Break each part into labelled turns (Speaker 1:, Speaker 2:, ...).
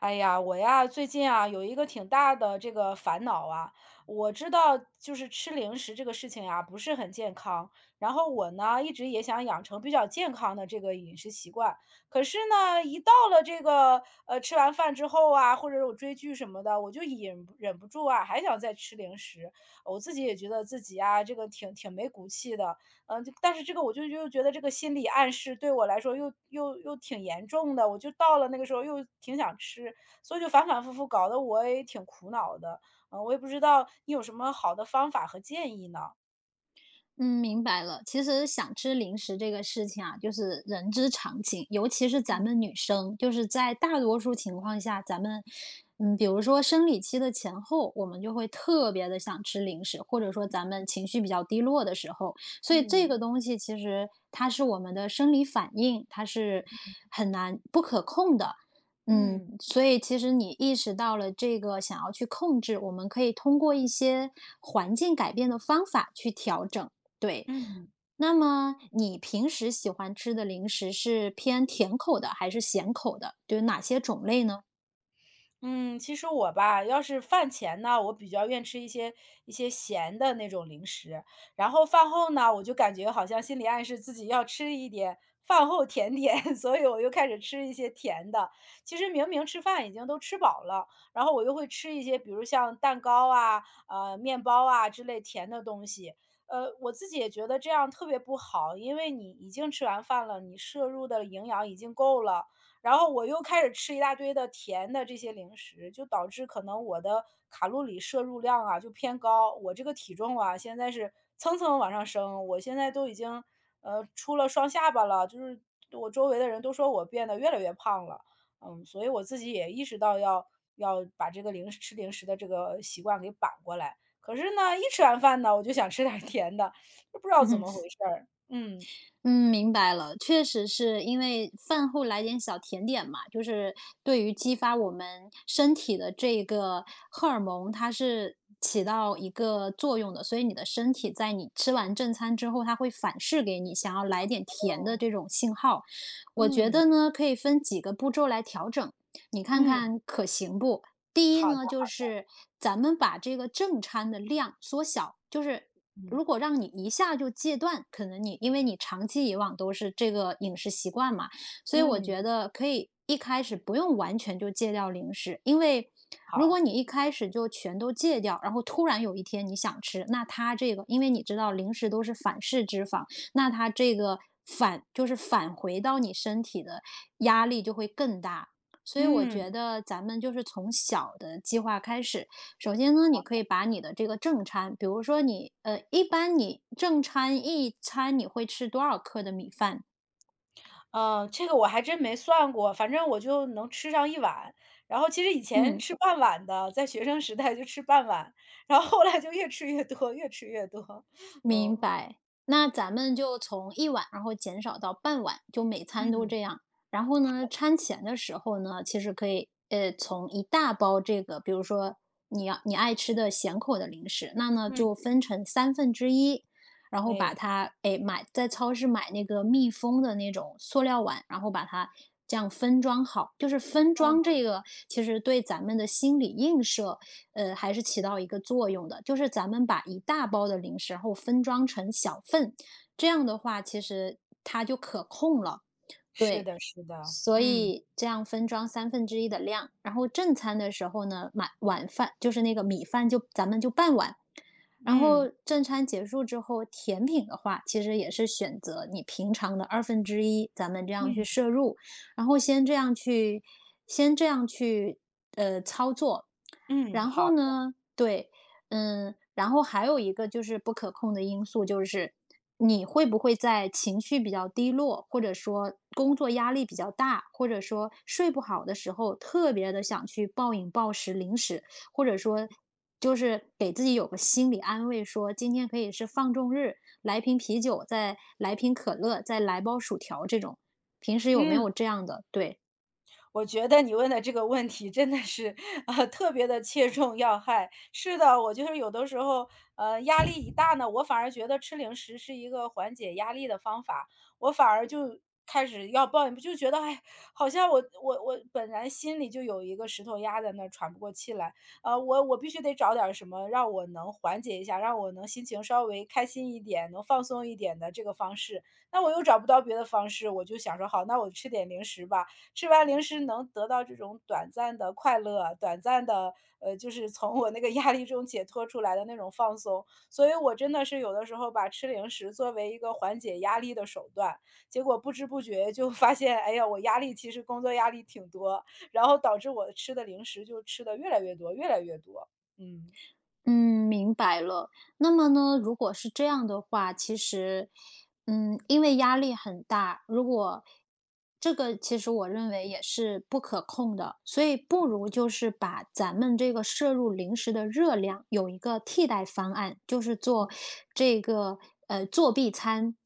Speaker 1: 哎呀，我呀，最近啊有一个挺大的这个烦恼啊。我知道就是吃零食这个事情呀，不是很健康。然后我呢，一直也想养成比较健康的这个饮食习惯。可是呢，一到了这个吃完饭之后啊，或者我追剧什么的，我就忍不住啊，还想再吃零食。我自己也觉得自己啊，这个挺没骨气的。嗯，但是这个我就又觉得这个心理暗示对我来说又挺严重的，我就到了那个时候又挺想吃，所以就反反复复搞得我也挺苦恼的。嗯，我也不知道你有什么好的方法和建议呢？
Speaker 2: 嗯，明白了。其实想吃零食这个事情啊，就是人之常情，尤其是咱们女生，就是在大多数情况下，咱们，比如说生理期的前后，我们就会特别的想吃零食，或者说咱们情绪比较低落的时候，所以这
Speaker 1: 嗯，
Speaker 2: 个东西其实它是我们的生理反应，它是很难不可控的。嗯，
Speaker 1: 嗯，
Speaker 2: 所以其实你意识到了这个想要去控制，我们可以通过一些环境改变的方法去调整。对，
Speaker 1: 嗯。
Speaker 2: 那么你平时喜欢吃的零食是偏甜口的还是咸口的？就有哪些种类呢？
Speaker 1: 嗯，其实我吧，要是饭前呢，我比较愿吃一些咸的那种零食，然后饭后呢，我就感觉好像心理暗示自己要吃一点饭后甜点，所以我又开始吃一些甜的。其实明明吃饭已经都吃饱了，然后我又会吃一些，比如像蛋糕啊、面包啊之类甜的东西。我自己也觉得这样特别不好，因为你已经吃完饭了，你摄入的营养已经够了。然后我又开始吃一大堆的甜的这些零食，就导致可能我的卡路里摄入量啊就偏高，我这个体重啊现在是蹭蹭往上升，我现在都已经出了双下巴了，就是我周围的人都说我变得越来越胖了，嗯，所以我自己也意识到要把这个零食吃零食的这个习惯给扳过来。可是呢，一吃完饭呢，我就想吃点儿甜的，就不知道怎么回事儿。嗯，
Speaker 2: 嗯，明白了，确实是因为饭后来点小甜点嘛，就是对于激发我们身体的这个荷尔蒙，它是起到一个作用的，所以你的身体在你吃完正餐之后，它会反噬给你想要来点甜的
Speaker 1: 哦，
Speaker 2: 这种信号。我觉
Speaker 1: 嗯
Speaker 2: 得呢，可以分几个步骤来调整，你看
Speaker 1: 嗯，
Speaker 2: 看可行不？第一
Speaker 1: 好的，
Speaker 2: 呢，就是咱们把这个正餐的量缩小，就是
Speaker 1: 嗯
Speaker 2: 如果让你一下就戒断，可能你因为你长期以往都是这个饮食习惯嘛，所以我
Speaker 1: 嗯。
Speaker 2: 觉得可以一开始不用完全就戒掉零食，因为如果
Speaker 1: 好，
Speaker 2: 你一开始就全都戒掉，然后突然有一天你想吃，那它这个，因为你知道零食都是反式脂肪，那它这个反就是返回到你身体的压力就会更大。所以我
Speaker 1: 嗯，
Speaker 2: 觉得咱们就是从小的计划开始。首先呢，你可以把你的这个正餐，比如说你一般你正餐一餐你会吃多少克的米饭？
Speaker 1: 这个我还真没算过，反正我就能吃上一碗。然后其实以前
Speaker 2: 嗯，
Speaker 1: 吃半碗的，在学生时代就吃半碗，然后后来就越吃越多，越吃越多。
Speaker 2: 明
Speaker 1: 嗯
Speaker 2: 白，那咱们就从一碗，然后减少到半碗，就每餐都
Speaker 1: 嗯
Speaker 2: 这样。然后呢，餐前的时候呢，其实可以，从一大包这个，比如说你要你爱吃的咸口的零食，那呢
Speaker 1: 嗯，
Speaker 2: 就分成三分之一，然后把
Speaker 1: 哎，
Speaker 2: 它，哎，买在超市买那个密封的那种塑料碗，然后把它这样分装好。就是分装
Speaker 1: 嗯，
Speaker 2: 这个，其实对咱们的心理映射，还是起到一个作用的。就是咱们把一大包的零食，然后分装成小份，这样的话，其实它就可控了。
Speaker 1: 是
Speaker 2: 对，
Speaker 1: 的，是的，
Speaker 2: 所
Speaker 1: 嗯
Speaker 2: 以这样分装三分之一的量，然后正餐的时候呢，晚饭就是那个米饭就咱们就半碗，然
Speaker 1: 嗯
Speaker 2: 后正餐结束之后，甜品的话，其实也是选择你平常的二分之一，咱们这样去
Speaker 1: 嗯
Speaker 2: 摄入，然后先这样去，先这样去操作，
Speaker 1: 嗯，
Speaker 2: 然
Speaker 1: 好，
Speaker 2: 后呢，对，嗯，然后还有一个就是不可控的因素，就是你会不会在情绪比较低落，或者说工作压力比较大，或者说睡不好的时候，特别的想去暴饮暴食零食，或者说就是给自己有个心理安慰说，今天可以是放纵日，来瓶啤酒，再来瓶可乐，再来包薯条这种。平时有没
Speaker 1: 嗯。
Speaker 2: 有这样的？对。
Speaker 1: 我觉得你问的这个问题真的是啊，特别的切中要害。是的，我就是有的时候，压力一大呢，我反而觉得吃零食是一个缓解压力的方法，我反而就开始要抱怨，就觉得，哎，好像我本来心里就有一个石头压在那儿喘不过气来，我必须得找点儿什么让我能缓解一下，让我能心情稍微开心一点，能放松一点的这个方式。那我又找不到别的方式，我就想说好，那我吃点零食吧，吃完零食能得到这种短暂的快乐啊，短暂的，就是从我那个压力中解脱出来的那种放松。所以我真的是有的时候把吃零食作为一个缓解压力的手段，结果不知不觉就发现，哎呀，我压力其实工作压力挺多，然后导致我吃的零食就吃的越来越多，越来越多。嗯。
Speaker 2: 嗯，明白了。那么呢，如果是这样的话，其实，嗯，因为压力很大，如果这个其实我认为也是不可控的，所以不如就是把咱们这个摄入零食的热量有一个替代方案，就是做这个作弊餐，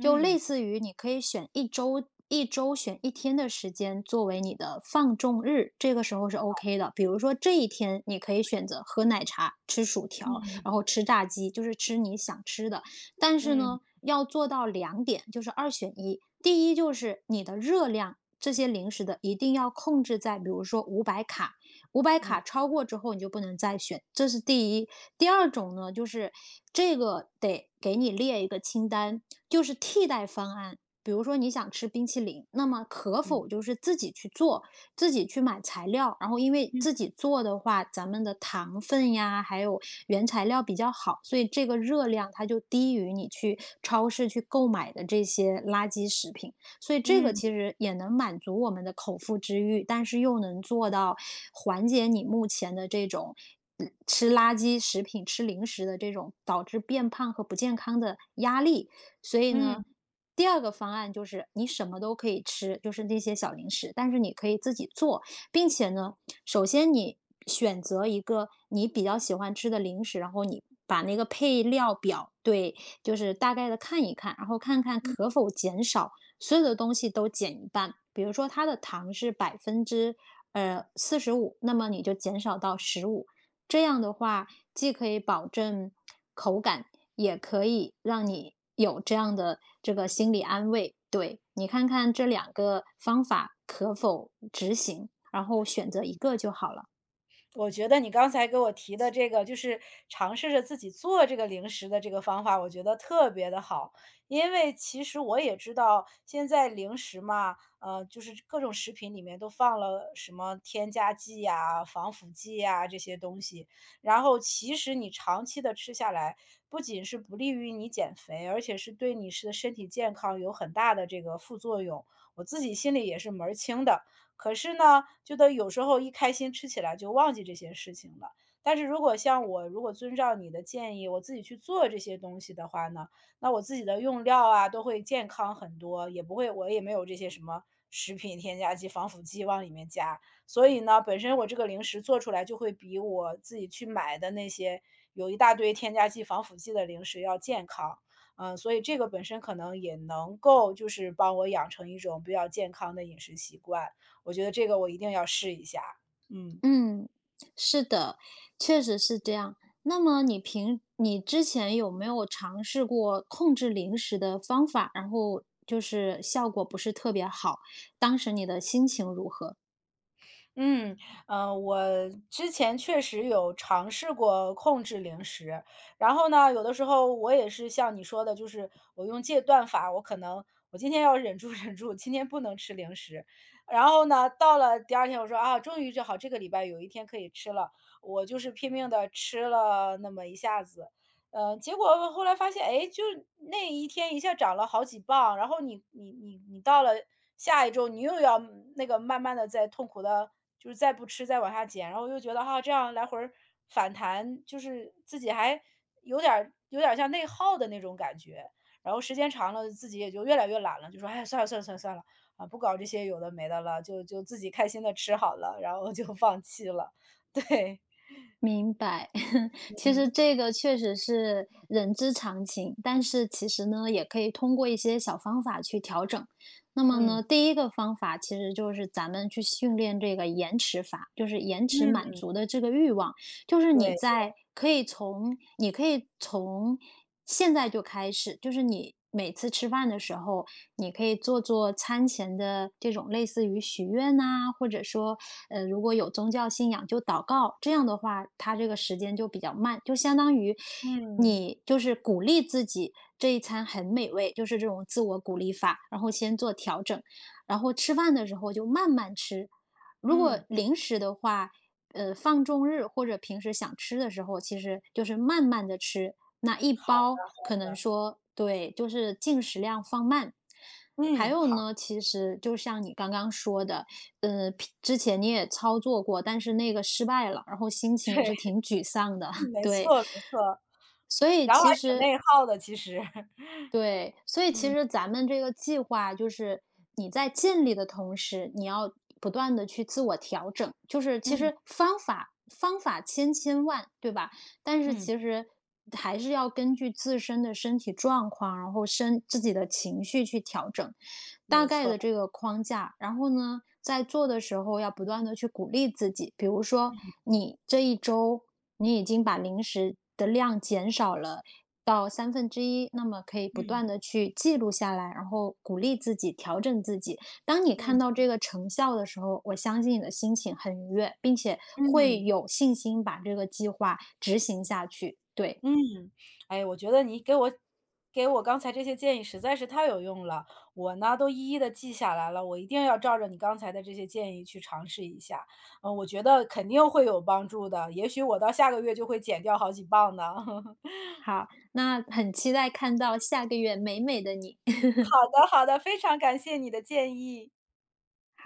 Speaker 2: 就类似于你可以选一周选一天的时间作为你的放纵日，这个时候是 OK 的。比如说这一天你可以选择喝奶茶、吃薯条，
Speaker 1: 嗯，
Speaker 2: 然后吃炸鸡，就是吃你想吃的。但是
Speaker 1: 嗯，
Speaker 2: 呢，要做到两点，就是二选一。第一就是你的热量，这些零食的一定要控制在，比如说五百卡，五百
Speaker 1: 嗯，
Speaker 2: 卡超过之后你就不能再选，这是第一。第二种呢，就是这个得给你列一个清单，就是替代方案。比如说你想吃冰淇淋，那么可
Speaker 1: 嗯，
Speaker 2: 否就是自己去做，自己去买材料，然后因为自己做的话，咱们的糖分呀，还有原材料比较好，所以这个热量它就低于你去超市去购买的这些垃圾食品。所以这
Speaker 1: 嗯，
Speaker 2: 个
Speaker 1: 嗯，
Speaker 2: 其实也能满足我们的口腹之欲，但是又能做到缓解你目前的这种。嗯吃垃圾食品、吃零食的这种导致变胖和不健康的压力，所以呢，
Speaker 1: 嗯。
Speaker 2: 第二个方案就是你什么都可以吃，就是那些小零食，但是你可以自己做，并且呢，首先你选择一个你比较喜欢吃的零食，然后你把那个配料表对，就是大概的看一看，然后看看可否减少所有的东西都减一半。比如说它的糖是百分之45那么你就减少到十五，这样的话，既可以保证口感，也可以让你有这样的这个心理安慰。对你看看这两个方法可否执行，然后选择一个就好了。
Speaker 1: 我觉得你刚才给我提的这个，就是尝试着自己做这个零食的这个方法，我觉得特别的好。因为其实我也知道，现在零食嘛，就是各种食品里面都放了什么添加剂呀、防腐剂呀这些东西。然后其实你长期的吃下来，不仅是不利于你减肥，而且是对你是身体健康有很大的这个副作用，我自己心里也是门儿清的。可是呢，就得有时候一开心吃起来就忘记这些事情了。但是如果像我如果遵照你的建议，我自己去做这些东西的话呢，那我自己的用料啊都会健康很多，也不会我也没有这些什么食品添加剂、防腐剂往里面加。所以呢，本身我这个零食做出来就会比我自己去买的那些有一大堆添加剂、防腐剂的零食要健康。嗯，所以这个本身可能也能够就是帮我养成一种比较健康的饮食习惯。我觉得这个我一定要试一下。嗯。
Speaker 2: 嗯，是的，确实是这样。那么你之前有没有尝试过控制零食的方法，然后就是效果不是特别好，当时你的心情如何？
Speaker 1: 嗯，我之前确实有尝试过控制零食，然后呢，有的时候我也是像你说的，就是我用戒断法，我可能我今天要忍住 忍住，今天不能吃零食，然后呢，到了第二天，我说啊，终于就好，这个礼拜有一天可以吃了，我就是拼命的吃了那么一下子，结果后来发现，哎，就那一天一下长了好几磅，然后你到了下一周，你又要那个慢慢的在痛苦的就是再不吃再往下减，然后我就觉得哈，这样来回儿反弹，就是自己还有点儿像内耗的那种感觉。然后时间长了，自己也就越来越懒了，就说："哎，算了算了算了算了，啊，不搞这些有的没的了，就自己开心的吃好了。"然后就 放弃了。对，
Speaker 2: 明白，其实
Speaker 1: 嗯，
Speaker 2: 这个确实是人之常情，但是其实呢，也可以通过一些小方法去调整。那么
Speaker 1: 嗯，
Speaker 2: 呢，第一个方法其实就是咱们去训练这个延迟法，就是延迟满
Speaker 1: 嗯，
Speaker 2: 足的这个欲望，就是你
Speaker 1: 对，
Speaker 2: 在可以从你可以从现在就开始，就是你每次吃饭的时候，你可以做做餐前的这种类似于许愿呐、或者说，如果有宗教信仰就祷告，这样的话，它这个时间就比较慢，就相当于
Speaker 1: 嗯，
Speaker 2: 你就是鼓励自己这一餐很美味，就是这种自我鼓励法，然后先做调整，然后吃饭的时候就慢慢吃。如果
Speaker 1: 嗯，
Speaker 2: 零食的话，放纵日或者平时想吃的时候，其实就是慢慢的吃，那一
Speaker 1: 好
Speaker 2: 包可能
Speaker 1: 的，
Speaker 2: 说对，就是进食量放慢。还
Speaker 1: 嗯，
Speaker 2: 有
Speaker 1: 好，
Speaker 2: 呢，其实就像你刚刚说的，之前你也操作过，但是那个失败了，然后心
Speaker 1: 对，
Speaker 2: 情也是挺沮丧 的，
Speaker 1: 没
Speaker 2: 对。
Speaker 1: 错没错，
Speaker 2: 所以
Speaker 1: 然后还
Speaker 2: 其
Speaker 1: 挺
Speaker 2: 实
Speaker 1: 内耗的其实。
Speaker 2: 对，所以其
Speaker 1: 嗯，
Speaker 2: 实咱们这个计划就是你在尽力的同时，你要不断的去自我调整，就是其
Speaker 1: 嗯，
Speaker 2: 实方法千千万，对吧？但是
Speaker 1: 嗯，
Speaker 2: 其实还是要根据自身的身体状况，然后自己的情绪去调整大
Speaker 1: 没
Speaker 2: 概的
Speaker 1: 错，
Speaker 2: 这个框架。然后呢，在做的时候要不断的去鼓励自己，比如说
Speaker 1: 嗯，
Speaker 2: 你这一周你已经把零食的量减少了到三分之一，那么可以不
Speaker 1: 嗯。
Speaker 2: 断的去记录下来，然后鼓励自己，调整自己。当你看到
Speaker 1: 嗯
Speaker 2: 这个成效的时候，我相信你的心情很愉悦，并且会
Speaker 1: 嗯
Speaker 2: 有信心把这个计划执行下去。对，
Speaker 1: 嗯，哎，我觉得你给我刚才这些建议实在是太有用了，我呢都一一的记下来了，我一定要照着你刚才的这些建议去尝试一下，嗯，我觉得肯定会有帮助的，也许我到下个月就会减掉好几磅呢。
Speaker 2: 好，那很期待看到下个月美美的你。
Speaker 1: 好的好的，非常感谢你的建议。
Speaker 2: 好。